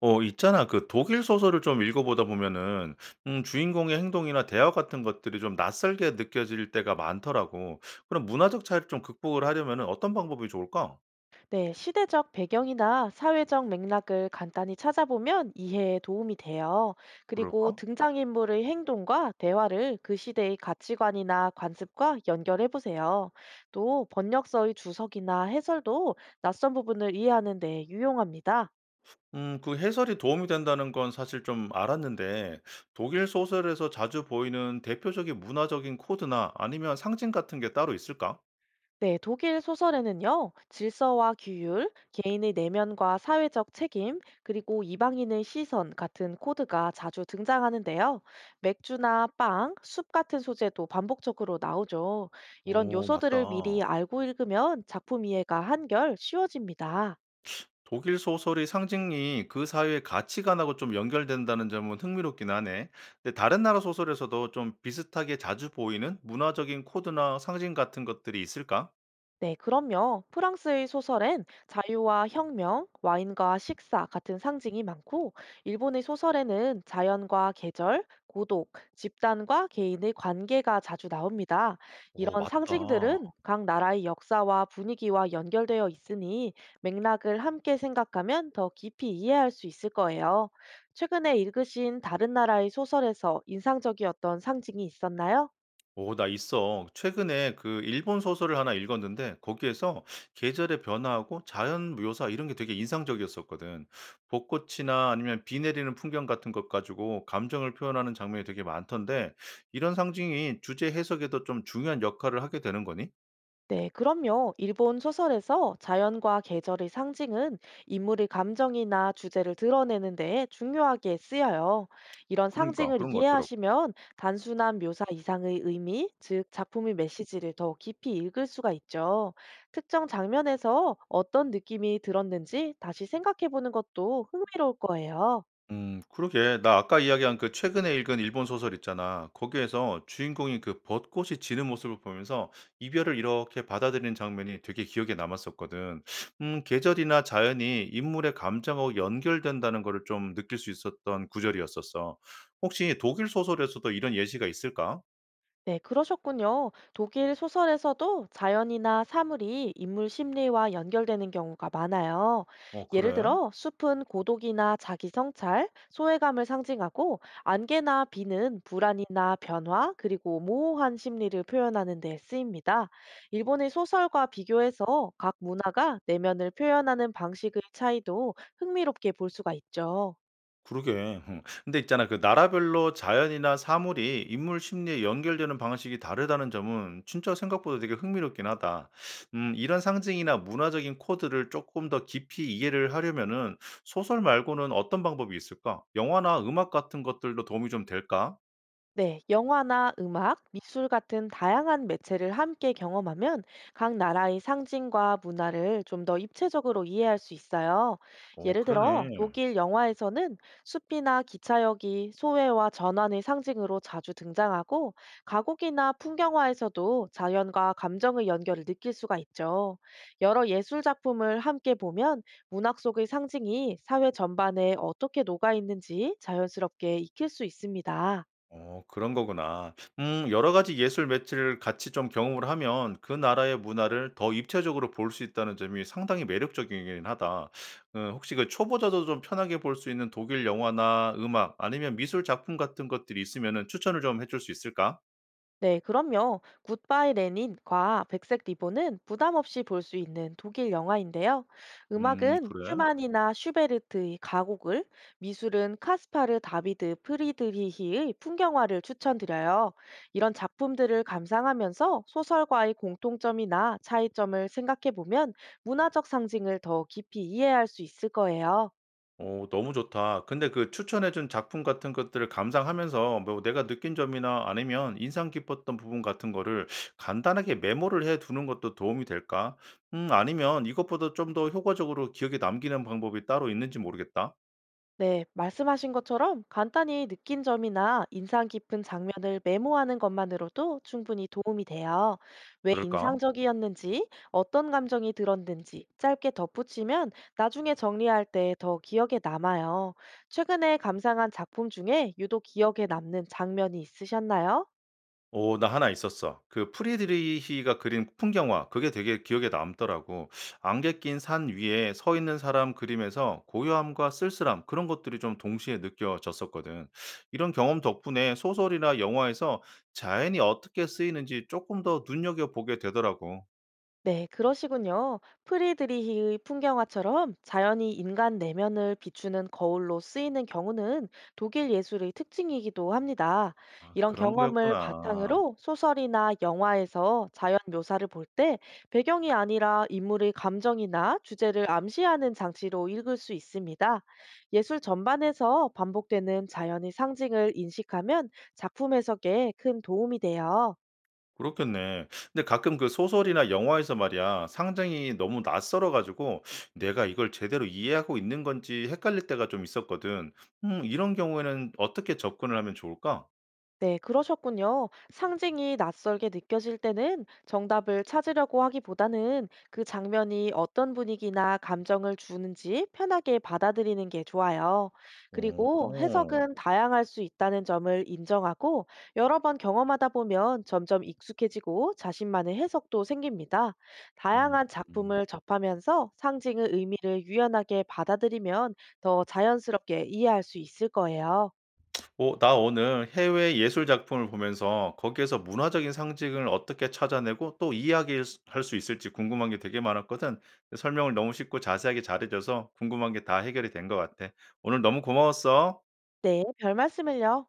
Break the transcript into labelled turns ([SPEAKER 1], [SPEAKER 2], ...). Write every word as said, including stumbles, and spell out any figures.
[SPEAKER 1] 어, 있잖아. 그 독일 소설을 좀 읽어보다 보면은, 음, 주인공의 행동이나 대화 같은 것들이 좀 낯설게 느껴질 때가 많더라고. 그럼 문화적 차이를 좀 극복을 하려면은 어떤 방법이 좋을까?
[SPEAKER 2] 네, 시대적 배경이나 사회적 맥락을 간단히 찾아보면 이해에 도움이 돼요. 그리고
[SPEAKER 1] 그럴까?
[SPEAKER 2] 등장인물의 행동과 대화를 그 시대의 가치관이나 관습과 연결해 보세요. 또 번역서의 주석이나 해설도 낯선 부분을 이해하는 데 유용합니다.
[SPEAKER 1] 음, 그 해설이 도움이 된다는 건 사실 좀 알았는데, 독일 소설에서 자주 보이는 대표적인 문화적인 코드나 아니면 상징 같은 게 따로 있을까?
[SPEAKER 2] 네, 독일 소설에는요, 질서와 규율, 개인의 내면과 사회적 책임, 그리고 이방인의 시선 같은 코드가 자주 등장하는데요. 맥주나 빵, 숲 같은 소재도 반복적으로 나오죠. 이런
[SPEAKER 1] 오,
[SPEAKER 2] 요소들을 미리
[SPEAKER 1] 맞다.
[SPEAKER 2] 알고 읽으면 작품 이해가 한결 쉬워집니다.
[SPEAKER 1] 독일 소설의 상징이 그 사회의 가치관하고 좀 연결된다는 점은 흥미롭긴 하네. 근데 다른 나라 소설에서도 좀 비슷하게 자주 보이는 문화적인 코드나 상징 같은 것들이 있을까?
[SPEAKER 2] 네, 그럼요. 프랑스의 소설엔 자유와 혁명, 와인과 식사 같은 상징이 많고, 일본의 소설에는 자연과 계절, 고독, 집단과 개인의 관계가 자주 나옵니다.
[SPEAKER 1] 오,
[SPEAKER 2] 이런
[SPEAKER 1] 맞다.
[SPEAKER 2] 상징들은 각 나라의 역사와 분위기와 연결되어 있으니 맥락을 함께 생각하면 더 깊이 이해할 수 있을 거예요. 최근에 읽으신 다른 나라의 소설에서 인상적이었던 상징이 있었나요?
[SPEAKER 1] 오, 나 있어. 최근에 그 일본 소설을 하나 읽었는데 거기에서 계절의 변화하고 자연 묘사 이런 게 되게 인상적이었었거든. 벚꽃이나 아니면 비 내리는 풍경 같은 것 가지고 감정을 표현하는 장면이 되게 많던데 이런 상징이 주제 해석에도 좀 중요한 역할을 하게 되는 거니?
[SPEAKER 2] 네, 그럼요. 일본 소설에서 자연과 계절의 상징은 인물의 감정이나 주제를 드러내는 데에 중요하게 쓰여요. 이런
[SPEAKER 1] 그러니까
[SPEAKER 2] 상징을
[SPEAKER 1] 그런 것 같더라고.
[SPEAKER 2] 이해하시면 단순한 묘사 이상의 의미, 즉 작품의 메시지를 더 깊이 읽을 수가 있죠. 특정 장면에서 어떤 느낌이 들었는지 다시 생각해 보는 것도 흥미로울 거예요.
[SPEAKER 1] 음 그러게. 나 아까 이야기한 그 최근에 읽은 일본 소설 있잖아. 거기에서 주인공이 그 벚꽃이 지는 모습을 보면서 이별을 이렇게 받아들이는 장면이 되게 기억에 남았었거든. 음 계절이나 자연이 인물의 감정하고 연결된다는 거를 좀 느낄 수 있었던 구절이었었어. 혹시 독일 소설에서도 이런 예시가 있을까?
[SPEAKER 2] 네, 그러셨군요. 독일 소설에서도 자연이나 사물이 인물 심리와 연결되는 경우가 많아요.
[SPEAKER 1] 어
[SPEAKER 2] 예를
[SPEAKER 1] 그래?
[SPEAKER 2] 들어, 숲은 고독이나 자기 성찰, 소외감을 상징하고, 안개나 비는 불안이나 변화, 그리고 모호한 심리를 표현하는 데 쓰입니다. 일본의 소설과 비교해서 각 문화가 내면을 표현하는 방식의 차이도 흥미롭게 볼 수가 있죠.
[SPEAKER 1] 그러게. 음. 근데 있잖아 그 나라별로 자연이나 사물이 인물 심리에 연결되는 방식이 다르다는 점은 진짜 생각보다 되게 흥미롭긴 하다. 음, 이런 상징이나 문화적인 코드를 조금 더 깊이 이해를 하려면은 소설 말고는 어떤 방법이 있을까? 영화나 음악 같은 것들도 도움이 좀 될까?
[SPEAKER 2] 네, 영화나 음악, 미술 같은 다양한 매체를 함께 경험하면 각 나라의 상징과 문화를 좀 더 입체적으로 이해할 수 있어요.
[SPEAKER 1] 어,
[SPEAKER 2] 예를 들어,
[SPEAKER 1] 그러네.
[SPEAKER 2] 독일 영화에서는 숲이나 기차역이 소외와 전환의 상징으로 자주 등장하고, 가곡이나 풍경화에서도 자연과 감정의 연결을 느낄 수가 있죠. 여러 예술 작품을 함께 보면 문학 속의 상징이 사회 전반에 어떻게 녹아 있는지 자연스럽게 익힐 수 있습니다.
[SPEAKER 1] 어 그런 거구나. 음 여러 가지 예술 매체를 같이 좀 경험을 하면 그 나라의 문화를 더 입체적으로 볼 수 있다는 점이 상당히 매력적이긴 하다. 어 혹시 그 초보자도 좀 편하게 볼 수 있는 독일 영화나 음악 아니면 미술 작품 같은 것들이 있으면은 추천을 좀 해줄 수 있을까?
[SPEAKER 2] 네, 그럼요. 굿바이 레닌과 백색 리본은 부담 없이 볼 수 있는 독일 영화인데요.
[SPEAKER 1] 음
[SPEAKER 2] 음악은
[SPEAKER 1] 그래?
[SPEAKER 2] 슈만이나 슈베르트의 가곡을, 미술은 카스파르 다비드 프리드리히의 풍경화를 추천드려요. 이런 작품들을 감상하면서 소설과의 공통점이나 차이점을 생각해 보면 문화적 상징을 더 깊이 이해할 수 있을 거예요.
[SPEAKER 1] 어 너무 좋다. 근데 그 추천해 준 작품 같은 것들을 감상하면서 뭐 내가 느낀 점이나 아니면 인상 깊었던 부분 같은 거를 간단하게 메모를 해 두는 것도 도움이 될까? 음 아니면 이것보다 좀 더 효과적으로 기억에 남기는 방법이 따로 있는지 모르겠다.
[SPEAKER 2] 네, 말씀하신 것처럼 간단히 느낀 점이나 인상 깊은 장면을 메모하는 것만으로도 충분히 도움이 돼요. 왜
[SPEAKER 1] 그럴까?
[SPEAKER 2] 인상적이었는지, 어떤 감정이 들었는지 짧게 덧붙이면 나중에 정리할 때 더 기억에 남아요. 최근에 감상한 작품 중에 유독 기억에 남는 장면이 있으셨나요?
[SPEAKER 1] 오, 나 하나 있었어. 그 프리드리히가 그린 풍경화 그게 되게 기억에 남더라고. 안개 낀 산 위에 서 있는 사람 그림에서 고요함과 쓸쓸함 그런 것들이 좀 동시에 느껴졌었거든. 이런 경험 덕분에 소설이나 영화에서 자연이 어떻게 쓰이는지 조금 더 눈여겨보게 되더라고.
[SPEAKER 2] 네, 그러시군요. 프리드리히의 풍경화처럼 자연이 인간 내면을 비추는 거울로 쓰이는 경우는 독일 예술의 특징이기도 합니다.
[SPEAKER 1] 아
[SPEAKER 2] 이런
[SPEAKER 1] 그런
[SPEAKER 2] 경험을
[SPEAKER 1] 거였구나.
[SPEAKER 2] 바탕으로 소설이나 영화에서 자연 묘사를 볼 때 배경이 아니라 인물의 감정이나 주제를 암시하는 장치로 읽을 수 있습니다. 예술 전반에서 반복되는 자연의 상징을 인식하면 작품 해석에 큰 도움이 돼요.
[SPEAKER 1] 그렇겠네. 근데 가끔 그 소설이나 영화에서 말이야, 상징이 너무 낯설어 가지고 내가 이걸 제대로 이해하고 있는 건지 헷갈릴 때가 좀 있었거든. 음, 이런 경우에는 어떻게 접근을 하면 좋을까?
[SPEAKER 2] 네, 그러셨군요. 상징이 낯설게 느껴질 때는 정답을 찾으려고 하기보다는 그 장면이 어떤 분위기나 감정을 주는지 편하게 받아들이는 게 좋아요.
[SPEAKER 1] 어,
[SPEAKER 2] 그리고
[SPEAKER 1] 어.
[SPEAKER 2] 해석은 다양할 수 있다는 점을 인정하고 여러 번 경험하다 보면 점점 익숙해지고 자신만의 해석도 생깁니다.
[SPEAKER 1] 음.
[SPEAKER 2] 다양한
[SPEAKER 1] 음.
[SPEAKER 2] 작품을 접하면서 상징의 의미를 유연하게 받아들이면 더 자연스럽게 이해할 수 있을 거예요.
[SPEAKER 1] 어, 나 오늘 해외 예술 작품을 보면서 거기에서 문화적인 상징을 어떻게 찾아내고 또 이해하게 할 수 있을지 궁금한 게 되게 많았거든. 근데 설명을 너무 쉽고 자세하게 잘해줘서 궁금한 게 다 해결이 된 것 같아. 오늘 너무 고마웠어.
[SPEAKER 2] 네, 별 말씀을요.